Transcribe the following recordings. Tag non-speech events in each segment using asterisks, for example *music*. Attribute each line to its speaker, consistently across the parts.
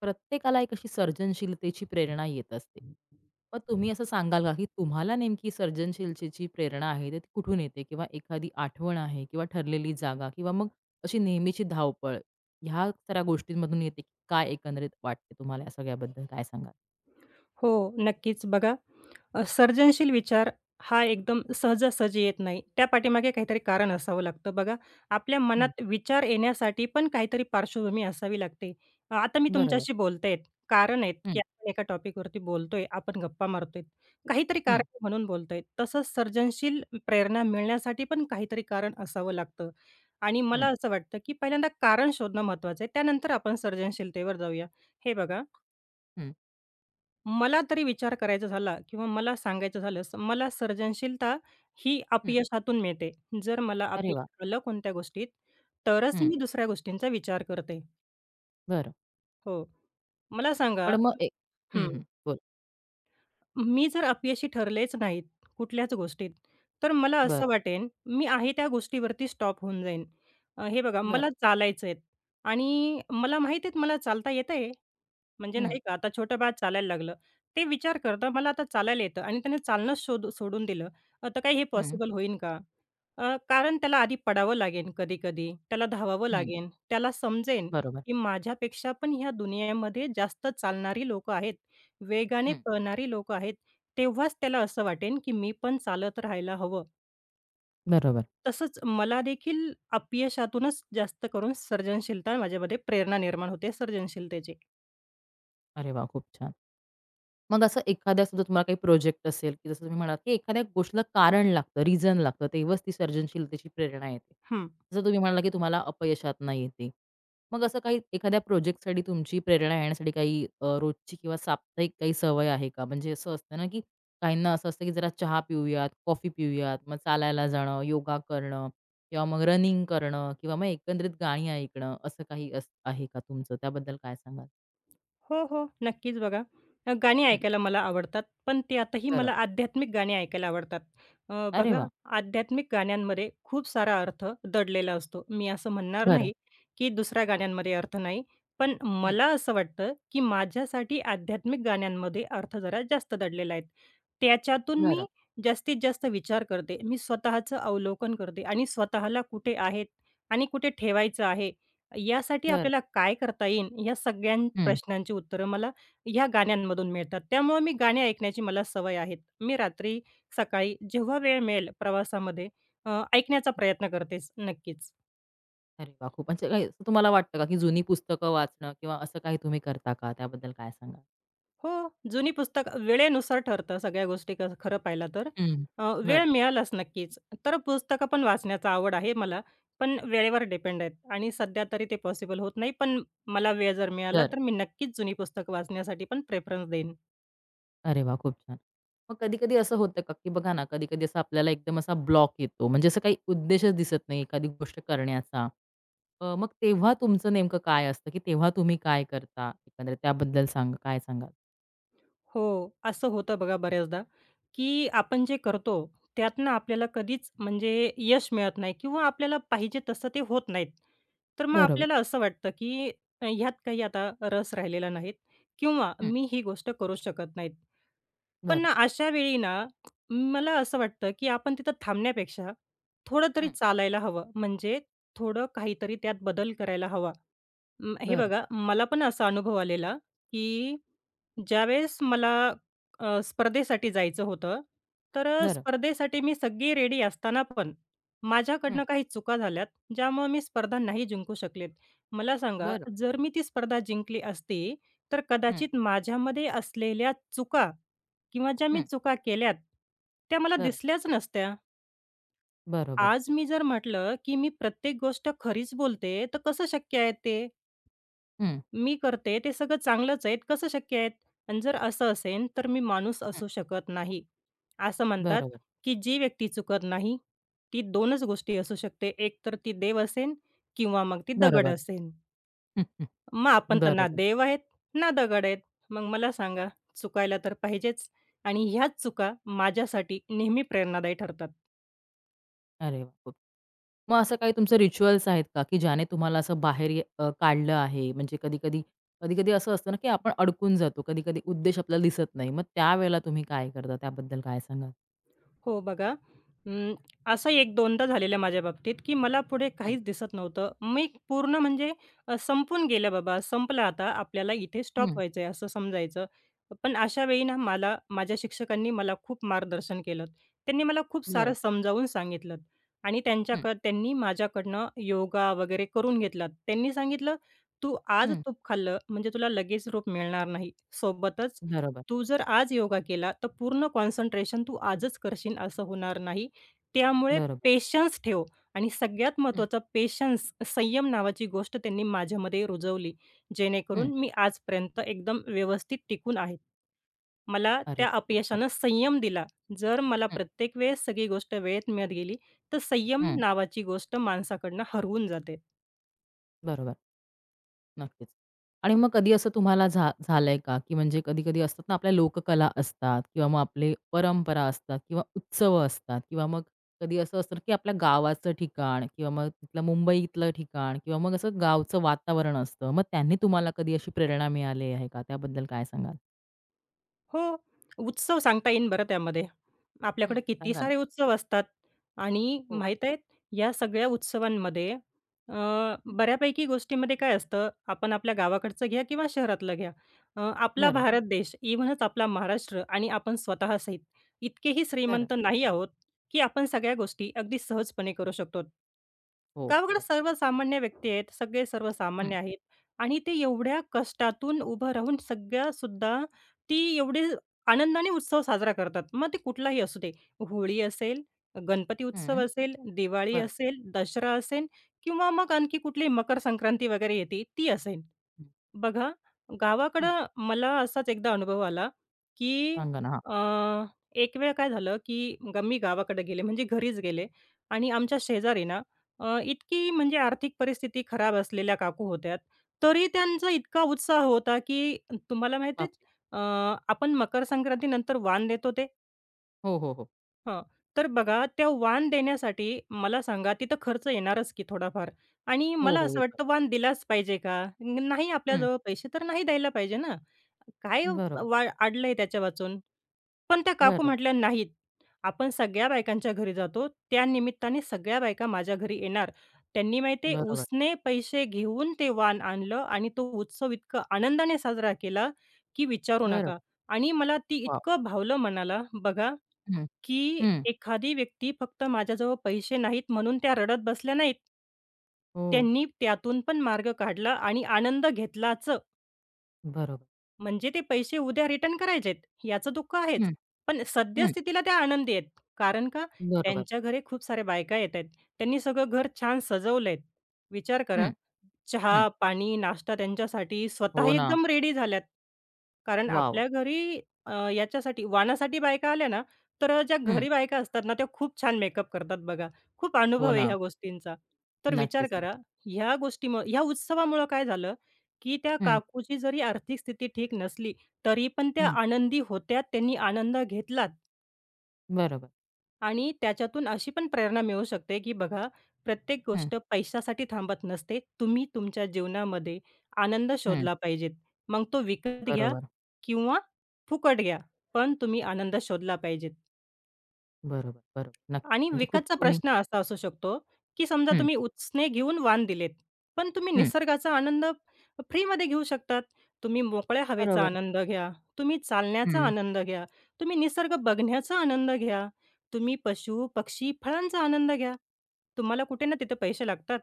Speaker 1: प्रत्येकाला एक अशी सर्जनशीलतेची प्रेरणा येत असते. मग तुम्ही असं सांगाल का, की तुम्हाला नेमकी सर्जनशीलतेची प्रेरणा आहे तर ती कुठून येते? किंवा एखादी आठवण आहे किंवा ठरलेली जागा किंवा मग अशी नेहमीची धावपळ, ह्या सगळ्या गोष्टींमधून येते, की काय एकंदरीत वाटते तुम्हाला या सगळ्याबद्दल काय सांगाल?
Speaker 2: हो, नक्कीच. बघा सर्जनशील विचार हा एकदम सहजासहजी येत नाही. त्या पाठीमागे काहीतरी कारण असावं लागतं. बघा, आपल्या
Speaker 1: हं,
Speaker 2: मनात विचार येण्यासाठी पण काहीतरी पार्श्वभूमी असावी लागते. आता मी
Speaker 1: बरोबर.
Speaker 2: तुमच्याशी बोलते आहे. कारण आहेत, की
Speaker 1: हं,
Speaker 2: आपण एका टॉपिकवरती बोलतोय, आपण गप्पा मारतोय. काहीतरी कारण
Speaker 1: हं,
Speaker 2: आहे म्हणून बोलतोय. तसंच सर्जनशील प्रेरणा मिळण्यासाठी पण काहीतरी कारण असावं लागतं आणि मला
Speaker 1: हं,
Speaker 2: असं वाटतं, की पहिल्यांदा कारण शोधणं महत्त्वाचं आहे. त्यानंतर आपण सर्जनशीलतेवर जाऊया. हे बघा,
Speaker 1: हं,
Speaker 2: मला तरी विचार करायचा झाला किंवा मला सांगायचं झालंस, मला सर्जनशीलता ही
Speaker 1: हं.
Speaker 2: अपयशातून मिळते. जर मला
Speaker 1: अरे
Speaker 2: अपयश
Speaker 1: वाह!
Speaker 2: आलं कोणत्या गोष्टीत, तरच
Speaker 1: हं,
Speaker 2: मी दुसऱ्या गोष्टींचा विचार करते.
Speaker 1: बरं.
Speaker 2: हो. मला सांगा,
Speaker 1: पण मग
Speaker 2: हं,
Speaker 1: हं, हं. बोल.
Speaker 2: मी जर अपयशी ठरलेच नाहीत कुठल्याच गोष्टीत, तर मला असं
Speaker 1: बरं,
Speaker 2: वाटेन, मी आहे त्या गोष्टीवरती स्टॉप होऊन जाईन. हे बघा,
Speaker 1: बरं.
Speaker 2: मला चालायचंय आणि मला माहीत आहे मला चालता येतंय. म्हणजे
Speaker 1: हं,
Speaker 2: नाही का, आता छोटं बाळ चालायला लागलं. ते विचार करता मला आता चालायला येतं आणि त्याने चालणंच शोध सोडून दिलं. आता काही हे
Speaker 1: हं,
Speaker 2: पॉसिबल होईन का? कारण त्याला आधी पडावं लागेल कधी-कधी, त्याला धावावं
Speaker 1: हं.
Speaker 2: लागेल, त्याला समजेन
Speaker 1: बरोबर.
Speaker 2: की माझ्यापेक्षा पण ह्या दुनियेमध्ये जास्त चालणारी लोकं आहेत, वेगाने
Speaker 1: हं,
Speaker 2: पळणारी लोकं आहेत. तेव्हाच त्याला असं वाटेन की मी पण चालत राहायला हवं.
Speaker 1: बरोबर.
Speaker 2: तसंच मला देखील अपयशातूनच जास्त करून सर्जनशीलता माझ्यामध्ये प्रेरणा निर्माण होते सर्जनशीलतेची.
Speaker 1: अरे वाह! खूप छान. मग असं एखाद्या सुद्धा तुम्हाला काही प्रोजेक्ट असेल, की जसं तुम्ही म्हणालात, की एखाद्या गोष्टीला कारण लागतं, रिझन लागतं, तेव्हाच ती सर्जनशीलतेची प्रेरणा येते. जसं तुम्ही म्हणाला, की तुम्हाला अपयशात नाही येते. मग असं काही एखाद्या प्रोजेक्टसाठी तुमची प्रेरणा येण्यासाठी काही रोजची किंवा साप्ताहिक काही सवय आहे का? म्हणजे असं असतं ना, की काहींना असं असतं, की जरा चहा पिऊयात, कॉफी पिऊयात, मग चालायला जाणं, योगा करणं किंवा मग रनिंग करणं किंवा मग एकंदरीत गाणी ऐकणं, असं काही अस आहे का तुमचं? त्याबद्दल काय सांगाल?
Speaker 2: हो, हो. नक्कीच बघा. गाणी
Speaker 1: हं,
Speaker 2: ऐकायला मला आवडतात, पण ते आताही
Speaker 1: बरं.
Speaker 2: मला आध्यात्मिक गाणी ऐकायला आवडतात.
Speaker 1: अरे
Speaker 2: बघा,
Speaker 1: वाह!
Speaker 2: आध्यात्मिक गाण्यांमध्ये खूप सारा अर्थ दडलेला असतो. मी असं म्हणणार
Speaker 1: बरं.
Speaker 2: नाही, की दुसऱ्या गाण्यांमध्ये अर्थ नाही. पण
Speaker 1: हं,
Speaker 2: मला असं वाटतं, की माझ्यासाठी आध्यात्मिक गाण्यांमध्ये अर्थ जरा जास्त दडलेला आहे. त्याच्यातून
Speaker 1: बरं.
Speaker 2: मी जास्तीत जास्त विचार करते. मी स्वतःचं अवलोकन करते आणि स्वतःला कुठे आहेत आणि कुठे ठेवायचं आहे यासाठी
Speaker 1: बरं.
Speaker 2: आपल्याला काय करता येईल, या सगळ्या
Speaker 1: हं.
Speaker 2: प्रश्नांची उत्तरं मला ह्या गाण्यांमधून मिळतात. त्यामुळे मी गाणी ऐकण्याची मला सवय आहे. मी रात्री, सकाळी जेव्हा वेळ मिळेल प्रवासामध्ये ऐकण्याचा प्रयत्न करतेच नक्कीच.
Speaker 1: अरे वाह! खूप म्हणजे काही असं तुम्हाला वाटतं का, की जुनी पुस्तकं वाचणं किंवा असं काही तुम्ही करता का? त्याबद्दल काय सांगाल?
Speaker 2: हो, जुनी पुस्तक वेळेनुसार ठरतं सगळ्या गोष्टी खरं पाहिलं तर.
Speaker 1: हं.
Speaker 2: वेळ
Speaker 1: बरं.
Speaker 2: मिळालाच नक्कीच. तर पुस्तकं पण वाचण्याचा आवड आहे मला, पण वेळेवर डिपेंड आहेत आणि सध्या तरी ते पॉसिबल होत नाही. पण मला वेळ जर मिळाला,
Speaker 1: बरं.
Speaker 2: तर मी नक्कीच जुनी पुस्तकं वाचण्यासाठी पण प्रेफरन्स देईन.
Speaker 1: अरे वाह! खूप छान. मग कधी-कधी असं होतं का, की बघा ना, कधी-कधी असं आपल्याला एकदम असा ब्लॉक येतो. म्हणजे असं काही उद्देशच दिसत नाही एखादी गोष्ट करण्याचा. मग तेव्हा तुमचं नेमकं काय असतं, की तेव्हा तुम्ही काय करता? एकंदरीत त्याबद्दल सांगा काय सांगाल?
Speaker 2: हो, असं होतं बघा बऱ्याचदा, की आपण जे करतो त्यातनं आपल्याला कधीच म्हणजे यश मिळत नाही किंवा आपल्याला पाहिजे तसं ते होत नाहीत. तर मग
Speaker 1: बरोबर.
Speaker 2: आपल्याला असं वाटतं, की ह्यात काही आता रस राहिलेला नाहीत किंवा
Speaker 1: हं.
Speaker 2: मी ही गोष्ट करू शकत नाहीत. पण
Speaker 1: बरं.
Speaker 2: ना अशा वेळी ना मला असं वाटतं, की आपण तिथं थांबण्यापेक्षा थोडं तरी
Speaker 1: हं.
Speaker 2: चालायला हवं. म्हणजे थोडं काहीतरी त्यात बदल करायला हवा. हे
Speaker 1: बरं.
Speaker 2: बघा, मला पण असा अनुभव आलेला, की ज्यावेळेस मला स्पर्धेसाठी जायचं होतं, तर
Speaker 1: बरं.
Speaker 2: स्पर्धेसाठी मी सगळी रेडी असताना पण
Speaker 1: हं.
Speaker 2: माझ्याकडनं काही चुका झाल्यात, ज्यामुळे मी स्पर्धा नाही जिंकू शकलेत. मला सांगा,
Speaker 1: बरं.
Speaker 2: जर मी ती स्पर्धा जिंकली असती, तर
Speaker 1: हं.
Speaker 2: कदाचित माझ्यामध्ये असलेल्या चुका किंवा ज्या मी
Speaker 1: हं.
Speaker 2: चुका केल्यात, त्या मला
Speaker 1: बरं.
Speaker 2: दिसल्याच नसत्या.
Speaker 1: बरोबर.
Speaker 2: आज मी जर म्हटलं, की मी प्रत्येक गोष्ट खरीच बोलते, तर कसं शक्य आहे ते?
Speaker 1: हं.
Speaker 2: मी करते ते सगळं चांगलंच आहेत, कसं शक्य आहेत? आणि जर असं असेन, तर मी माणूस
Speaker 1: हं.
Speaker 2: असू शकत नाही. असं म्हणतात,
Speaker 1: बरोबर.
Speaker 2: की जी व्यक्ती चुकत नाही, ती 2च गोष्टी असू शकते. एक तर ती देव असेन किंवा मग ती दगड
Speaker 1: बरोबर.
Speaker 2: असेन.
Speaker 1: *laughs* हं,
Speaker 2: मग आपण
Speaker 1: हं.
Speaker 2: तर ना
Speaker 1: बरोबर.
Speaker 2: देव आहेत, ना दगड आहेत. मग मला सांगा, चुकायला तर पाहिजेच आणि ह्याच चुका माझ्यासाठी नेहमी प्रेरणादायी ठरतात.
Speaker 1: अरे वाह! खूप मग असं काही तुमचे रिच्युअल्स आहेत का, की ज्याने तुम्हाला असं बाहेर काढलं आहे? म्हणजे कधी-कधी कधी-कधी असं असतं ना, की आपण अडकून जातो. कधी-कधी उद्देश आपल्याला दिसत नाही. मग त्यावेळेला तुम्ही काय करता? त्याबद्दल काय सांगाल?
Speaker 2: हो बघा, अं, असं 1-2दा झालेलं माझ्या बाबतीत, की मला पुढे
Speaker 1: हं,
Speaker 2: काहीच दिसत नव्हतं. मी पूर्ण म्हणजे संपून गेलं बाबा, संपलं आता आपल्याला इथे स्टॉप
Speaker 1: हं.
Speaker 2: व्हायचं आहे असं समजायचं. पण अशा वेळी ना मला माझ्या शिक्षकांनी मला खूप मार्गदर्शन केलं. त्यांनी मला खूप सारं
Speaker 1: बरं.
Speaker 2: समजावून सांगितलं आणि
Speaker 1: हं,
Speaker 2: त्यांनी माझ्याकडनं योगा वगैरे करून घेतला. त्यांनी सांगितलं, "तू आज
Speaker 1: हं.
Speaker 2: तूप खाल्लं म्हणजे तुला लगेच रूप मिळणार नाही. सोबतच
Speaker 1: बरोबर,
Speaker 2: तू जर आज योगा केला, तर पूर्ण कॉन्सन्ट्रेशन तू आजच करशील असं होणार नाही. त्यामुळे
Speaker 1: बरोबर.
Speaker 2: पेशन्स ठेव आणि सगळ्यात
Speaker 1: हं,
Speaker 2: महत्त्वाचा पेशन्स, संयम नावाची गोष्ट त्यांनी माझ्यामध्ये रुजवली,
Speaker 1: हं.
Speaker 2: जेणेकरून मी आजपर्यंत एकदम व्यवस्थित टिकून आहे. मला
Speaker 1: अरे
Speaker 2: त्या
Speaker 1: वाह! खूप छान.
Speaker 2: अपयशानं संयम दिला. जर मला
Speaker 1: हं,
Speaker 2: प्रत्येक वेळेस सगळी गोष्ट वेळेत मिळत गेली, तर संयम
Speaker 1: हं.
Speaker 2: नावाची गोष्ट माणसाकडनं हरवून जाते.
Speaker 1: बरोबर. नक्कीच. आणि मग कधी असं तुम्हाला झालंय का, की म्हणजे कधी-कधी असतात ना आपल्या लोककला असतात किंवा मग आपले परंपरा असतात किंवा उत्सव असतात किंवा मग कधी असं असतं की आपल्या गावाचं ठिकाण किंवा मग तिथलं मुंबईतलं ठिकाण किंवा मग असं गावचं वातावरण असतं. मग त्यांनी तुम्हाला कधी अशी प्रेरणा मिळाली आहे का? त्याबद्दल काय सांगाल?
Speaker 2: हो, उत्सव सांगता येईन बरं त्यामध्ये.
Speaker 1: हं.
Speaker 2: आपल्याकडे किती
Speaker 1: सांगा ना.
Speaker 2: सारे उत्सव असतात आणि
Speaker 1: हो.
Speaker 2: माहीत आहे या सगळ्या उत्सवांमध्ये अ,
Speaker 1: हं.
Speaker 2: बऱ्यापैकी गोष्टीमध्ये काय असतं, आपण आपल्या गावाकडचं घ्या किंवा शहरातलं घ्या. आपला
Speaker 1: बरं,
Speaker 2: भारत देश, इव्हनच आपला महाराष्ट्र आणि आपण स्वतः सहित इतकेही
Speaker 1: बरं.
Speaker 2: श्रीमंत नाही आहोत, की आपण सगळ्या गोष्टी अगदी सहजपणे करू शकतो.
Speaker 1: हो,
Speaker 2: गावाकडे
Speaker 1: बरं.
Speaker 2: सर्वसामान्य व्यक्ती आहेत, सगळे
Speaker 1: हं,
Speaker 2: सर्वसामान्य आहेत आणि ते एवढ्या कष्टातून उभं राहून सगळ्यासुद्धा ती एवढे आनंदाने उत्सव साजरा करतात. मग ते कुठलाही असू दे. होळी असेल, गणपती उत्सव
Speaker 1: हं.
Speaker 2: असेल, दिवाळी
Speaker 1: बरोबर.
Speaker 2: असेल, दसरा असेल किंवा मग आणखी कुठली मकर संक्रांती वगैरे येते, ती असेल.
Speaker 1: हं,
Speaker 2: बघा,
Speaker 1: हं.
Speaker 2: गावाकडं मला असाच एकदा अनुभव आला, की
Speaker 1: सांगा ना. हां.
Speaker 2: अ, एक वेळ काय झालं, की मी गावाकडे गेले म्हणजे घरीच गेले आणि आमच्या शेजारी ना इतकी म्हणजे आर्थिक परिस्थिती खराब असलेल्या काकू होत्या. तरी त्यांचा इतका उत्साह होता, की तुम्हाला माहीत आहे
Speaker 1: बापरे!
Speaker 2: आपण मकर संक्रांतीनंतर वाण देतो ते.
Speaker 1: हो, हो, हो.
Speaker 2: हां. तर बघा, त्या वाण देण्यासाठी मला सांगा, तिथं खर्च येणारच की थोडाफार आणि
Speaker 1: हो,
Speaker 2: मला
Speaker 1: हो.
Speaker 2: असं
Speaker 1: येतो.
Speaker 2: वाटतं वाण दिलाच पाहिजे का? नाही
Speaker 1: हं.
Speaker 2: आपल्याजवळ पैसे तर नाही द्यायला पाहिजे ना. काय
Speaker 1: बरोबर,
Speaker 2: वा अडलंय त्याच्या वाचून? पण त्या काकू
Speaker 1: बरोबर,
Speaker 2: म्हटल्या, "नाहीत. आपण सगळ्या बायकांच्या घरी जातो. त्या निमित्ताने सगळ्या बायका माझ्या घरी येणार." त्यांनी माहिती
Speaker 1: बरोबर,
Speaker 2: उसने पैसे घेऊन ते वाण आणलं आणि तो उत्सव इतका आनंदाने साजरा केला की विचारू
Speaker 1: बरोबर.
Speaker 2: नका आणि मला ती
Speaker 1: वॉव!
Speaker 2: इतकं भावलं मनाला. बघा,
Speaker 1: हं,
Speaker 2: की
Speaker 1: हं.
Speaker 2: एखादी व्यक्ती फक्त माझ्याजवळ पैसे नाहीत म्हणून त्या रडत बसल्या नाहीत.
Speaker 1: हो,
Speaker 2: त्यांनी त्यातून पण मार्ग काढला आणि आनंद घेतलाच.
Speaker 1: बरोबर.
Speaker 2: म्हणजे ते पैसे उद्या रिटर्न करायचेत, याचं दुःख आहेच.
Speaker 1: हं,
Speaker 2: पण
Speaker 1: हं.
Speaker 2: सद्यस्थितीला त्या आनंदी आहेत. कारण का?
Speaker 1: बरोबर.
Speaker 2: त्यांच्या घरी खूप साऱ्या बायका येत आहेत. त्यांनी सगळं घर छान सजवलंय. विचार करा,
Speaker 1: हं, हं.
Speaker 2: चहा, पाणी, नाश्ता त्यांच्यासाठी स्वतः
Speaker 1: हो ना.
Speaker 2: एकदम रेडी झाल्यात. कारण
Speaker 1: वाह, वाह!
Speaker 2: आपल्या घरी याच्यासाठी वाणासाठी बायका आल्या ना, तर ज्या
Speaker 1: हं.
Speaker 2: घरी बायका असतात ना, त्या खूप छान मेकअप करतात बघा. खूप
Speaker 1: हो
Speaker 2: अनुभव आहे
Speaker 1: ना.
Speaker 2: ह्या गोष्टींचा. तर विचार
Speaker 1: नक्कीच.
Speaker 2: करा, ह्या गोष्टीमुळं ह्या उत्सवामुळं काय झालं, की त्या
Speaker 1: हं,
Speaker 2: काकूची जरी आर्थिक स्थिती ठीक नसली, तरी पण त्या
Speaker 1: हं.
Speaker 2: आनंदी होत्या. त्यांनी आनंद घेतलात
Speaker 1: बरोबर.
Speaker 2: आणि त्याच्यातून अशी पण प्रेरणा मिळू शकते, की बघा, प्रत्येक
Speaker 1: हं,
Speaker 2: गोष्ट पैशासाठी थांबत नसते. तुम्ही तुमच्या जीवनामध्ये आनंद
Speaker 1: हं.
Speaker 2: शोधला पाहिजेत. मग तो विकत घ्या
Speaker 1: बरोबर,
Speaker 2: किंवा फुकट घ्या, पण तुम्ही आनंद शोधला पाहिजेत.
Speaker 1: बरोबर, बरोबर. नक्की.
Speaker 2: आणि
Speaker 1: म्हणजे खूप
Speaker 2: विकतचा
Speaker 1: तुम्ही
Speaker 2: प्रश्न असा असू शकतो, की समजा
Speaker 1: हं,
Speaker 2: तुम्ही उसने घेऊन वाण दिलेत, पण तुम्ही
Speaker 1: हं.
Speaker 2: निसर्गाचा आनंद फ्रीमध्ये घेऊ शकतात. तुम्ही मोकळ्या हवेचा
Speaker 1: बरोबर.
Speaker 2: आनंद घ्या, तुम्ही चालण्याचा
Speaker 1: हं.
Speaker 2: आनंद घ्या, तुम्ही निसर्ग बघण्याचा आनंद घ्या, तुम्ही पशु, पक्षी, फळांचा आनंद घ्या. तुम्हाला कुठे ना तिथे पैसे लागतात.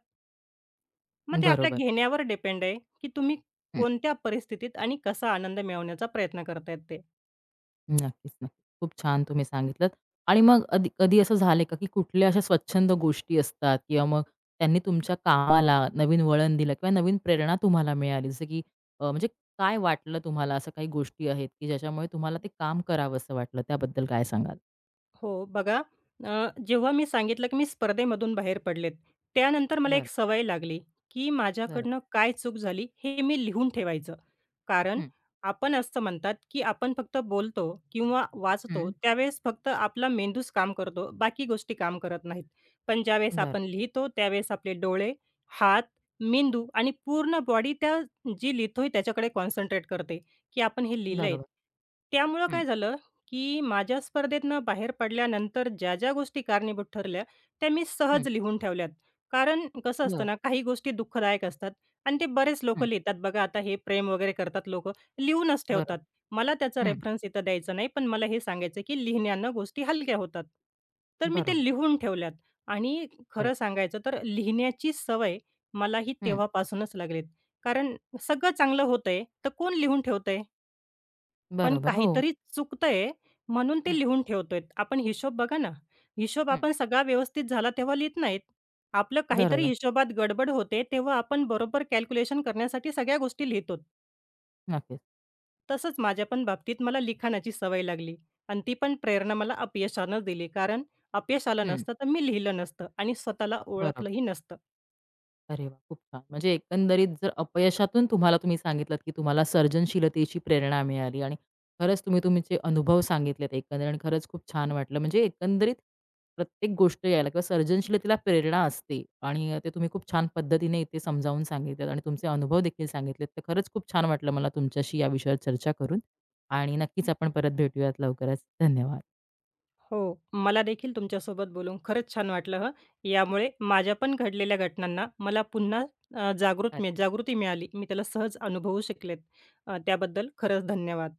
Speaker 2: मग ते आपल्या
Speaker 1: बरोबर.
Speaker 2: घेण्यावर डिपेंड आहे, की तुम्ही
Speaker 1: हं.
Speaker 2: कोणत्या परिस्थितीत आणि कसा आनंद मिळवण्याचा प्रयत्न करतायत ते.
Speaker 1: नक्कीच, नक्कीच. खूप छान तुम्ही सांगितलंत. आणि मग अधी कधी असं झालंय का, की कुठल्या अशा स्वच्छंद गोष्टी असतात किंवा मग त्यांनी तुमच्या कामाला नवीन वळण दिलं किंवा नवीन प्रेरणा तुम्हाला मिळाली? जसं की अ, म्हणजे काय वाटलं तुम्हाला? असं काही गोष्टी आहेत, की ज्याच्यामुळे तुम्हाला ते काम करावंसं वाटलं? त्याबद्दल काय सांगाल?
Speaker 2: हो, बघा, अ, जेव्हा मी सांगितलं, की मी स्पर्धेमधून बाहेर पडलेत, त्यानंतर मला
Speaker 1: बरं,
Speaker 2: एक सवय लागली, की
Speaker 1: बरं.
Speaker 2: माझ्याकडनं काय चूक झाली हे मी लिहून ठेवायचं. कारण
Speaker 1: हं,
Speaker 2: आपण असं म्हणतात, की आपण फक्त बोलतो किंवा वाचतो
Speaker 1: हं.
Speaker 2: त्यावेळेस फक्त आपला मेंदूच काम करतो, बाकी गोष्टी काम करत नाहीत. पण ज्यावेळेस
Speaker 1: बरं.
Speaker 2: आपण लिहितो त्यावेळेस आपले डोळे, हात, मेंदू आणि पूर्ण बॉडी त्या जी लिहितोय त्याच्याकडे कॉन्सन्ट्रेट करते, की आपण हे लिहिलंय.
Speaker 1: बरोबर.
Speaker 2: त्यामुळं
Speaker 1: हं,
Speaker 2: काय झालं की माझ्या स्पर्धेतनं बाहेर पडल्यानंतर ज्या, ज्या गोष्टी कारणीभूत ठरल्या, त्या मी
Speaker 1: हं.
Speaker 2: सहज लिहून ठेवल्यात. कारण कसं असतं
Speaker 1: बरं.
Speaker 2: ना, काही गोष्टी दुःखदायक असतात आणि ते बरेच
Speaker 1: हं.
Speaker 2: लोकं लिहितात बघा. आता हे प्रेम वगैरे करतात लोक लिहूनच
Speaker 1: बरोबर.
Speaker 2: ठेवतात. मला त्याचा
Speaker 1: हं.
Speaker 2: रेफरन्स इथं द्यायचा नाही, पण मला हे सांगायचं की लिहिण्यानं गोष्टी हलक्या होतात. तर मी
Speaker 1: बरोबर.
Speaker 2: ते लिहून ठेवल्यात आणि
Speaker 1: अरे
Speaker 2: खरं सांगायचं तर लिहिण्याची सवय मला ही
Speaker 1: हं.
Speaker 2: तेव्हापासूनच लागलीत. कारण सगळं चांगलं होतंय, तर कोण लिहून ठेवतंय? पण
Speaker 1: बरोबर. हो.
Speaker 2: काहीतरी चुकतंय म्हणून ते
Speaker 1: हं,
Speaker 2: लिहून ठेवतोय. आपण हिशोब बघा ना, हिशोब
Speaker 1: हं.
Speaker 2: आपण सगळा व्यवस्थित झाला तेव्हा लिहीत नाहीत. आपलं काहीतरी
Speaker 1: बरोबर.
Speaker 2: हिशोबात गडबड होते, तेव्हा आपण बरोबर कॅल्क्युलेशन करण्यासाठी सगळ्या गोष्टी लिहितो.
Speaker 1: नक्कीच.
Speaker 2: तसंच माझ्या पण बाबतीत मला लिखाणाची सवय लागली आणि ती पण प्रेरणा मला अपयशानं दिली. कारण अपयश आलं
Speaker 1: हं.
Speaker 2: नसतं तर मी लिहिलं नसतं आणि स्वतःला
Speaker 1: बरोबर.
Speaker 2: ओळखलंही नसतं.
Speaker 1: अरे वा, खूप छान. म्हणजे एकंदरीत जर अपयशातून तुम्हाला तुम्ही सांगितलत, की तुम्हाला सर्जनशीलतेची प्रेरणा मिळाली आणि खरंच तुम्ही तुमचे अनुभव सांगितलेत एकंदरीत आणि खरंच खूप छान वाटलं. म्हणजे एकंदरीत प्रत्येक गोष्ट यायला किंवा सर्जनशीलतेला प्रेरणा असते आणि ते तुम्ही खूप छान पद्धतीने इथे समजावून सांगितलेत आणि तुमचे अनुभव देखील सांगितलेत. तर खरंच खूप छान वाटलं मला तुमच्याशी या विषयावर चर्चा करून आणि नक्कीच आपण परत भेटूयात लवकरच. धन्यवाद.
Speaker 2: हो, मला देखील तुमच्यासोबत बोलून खरंच छान वाटलं हं. यामुळे माझ्या पण घडलेल्या घटनांना मला पुन्हा अ, जागृत मी जागृती मिळाली. मी त्याला सहज अनुभवू शकलेत. त्याबद्दल खरंच धन्यवाद.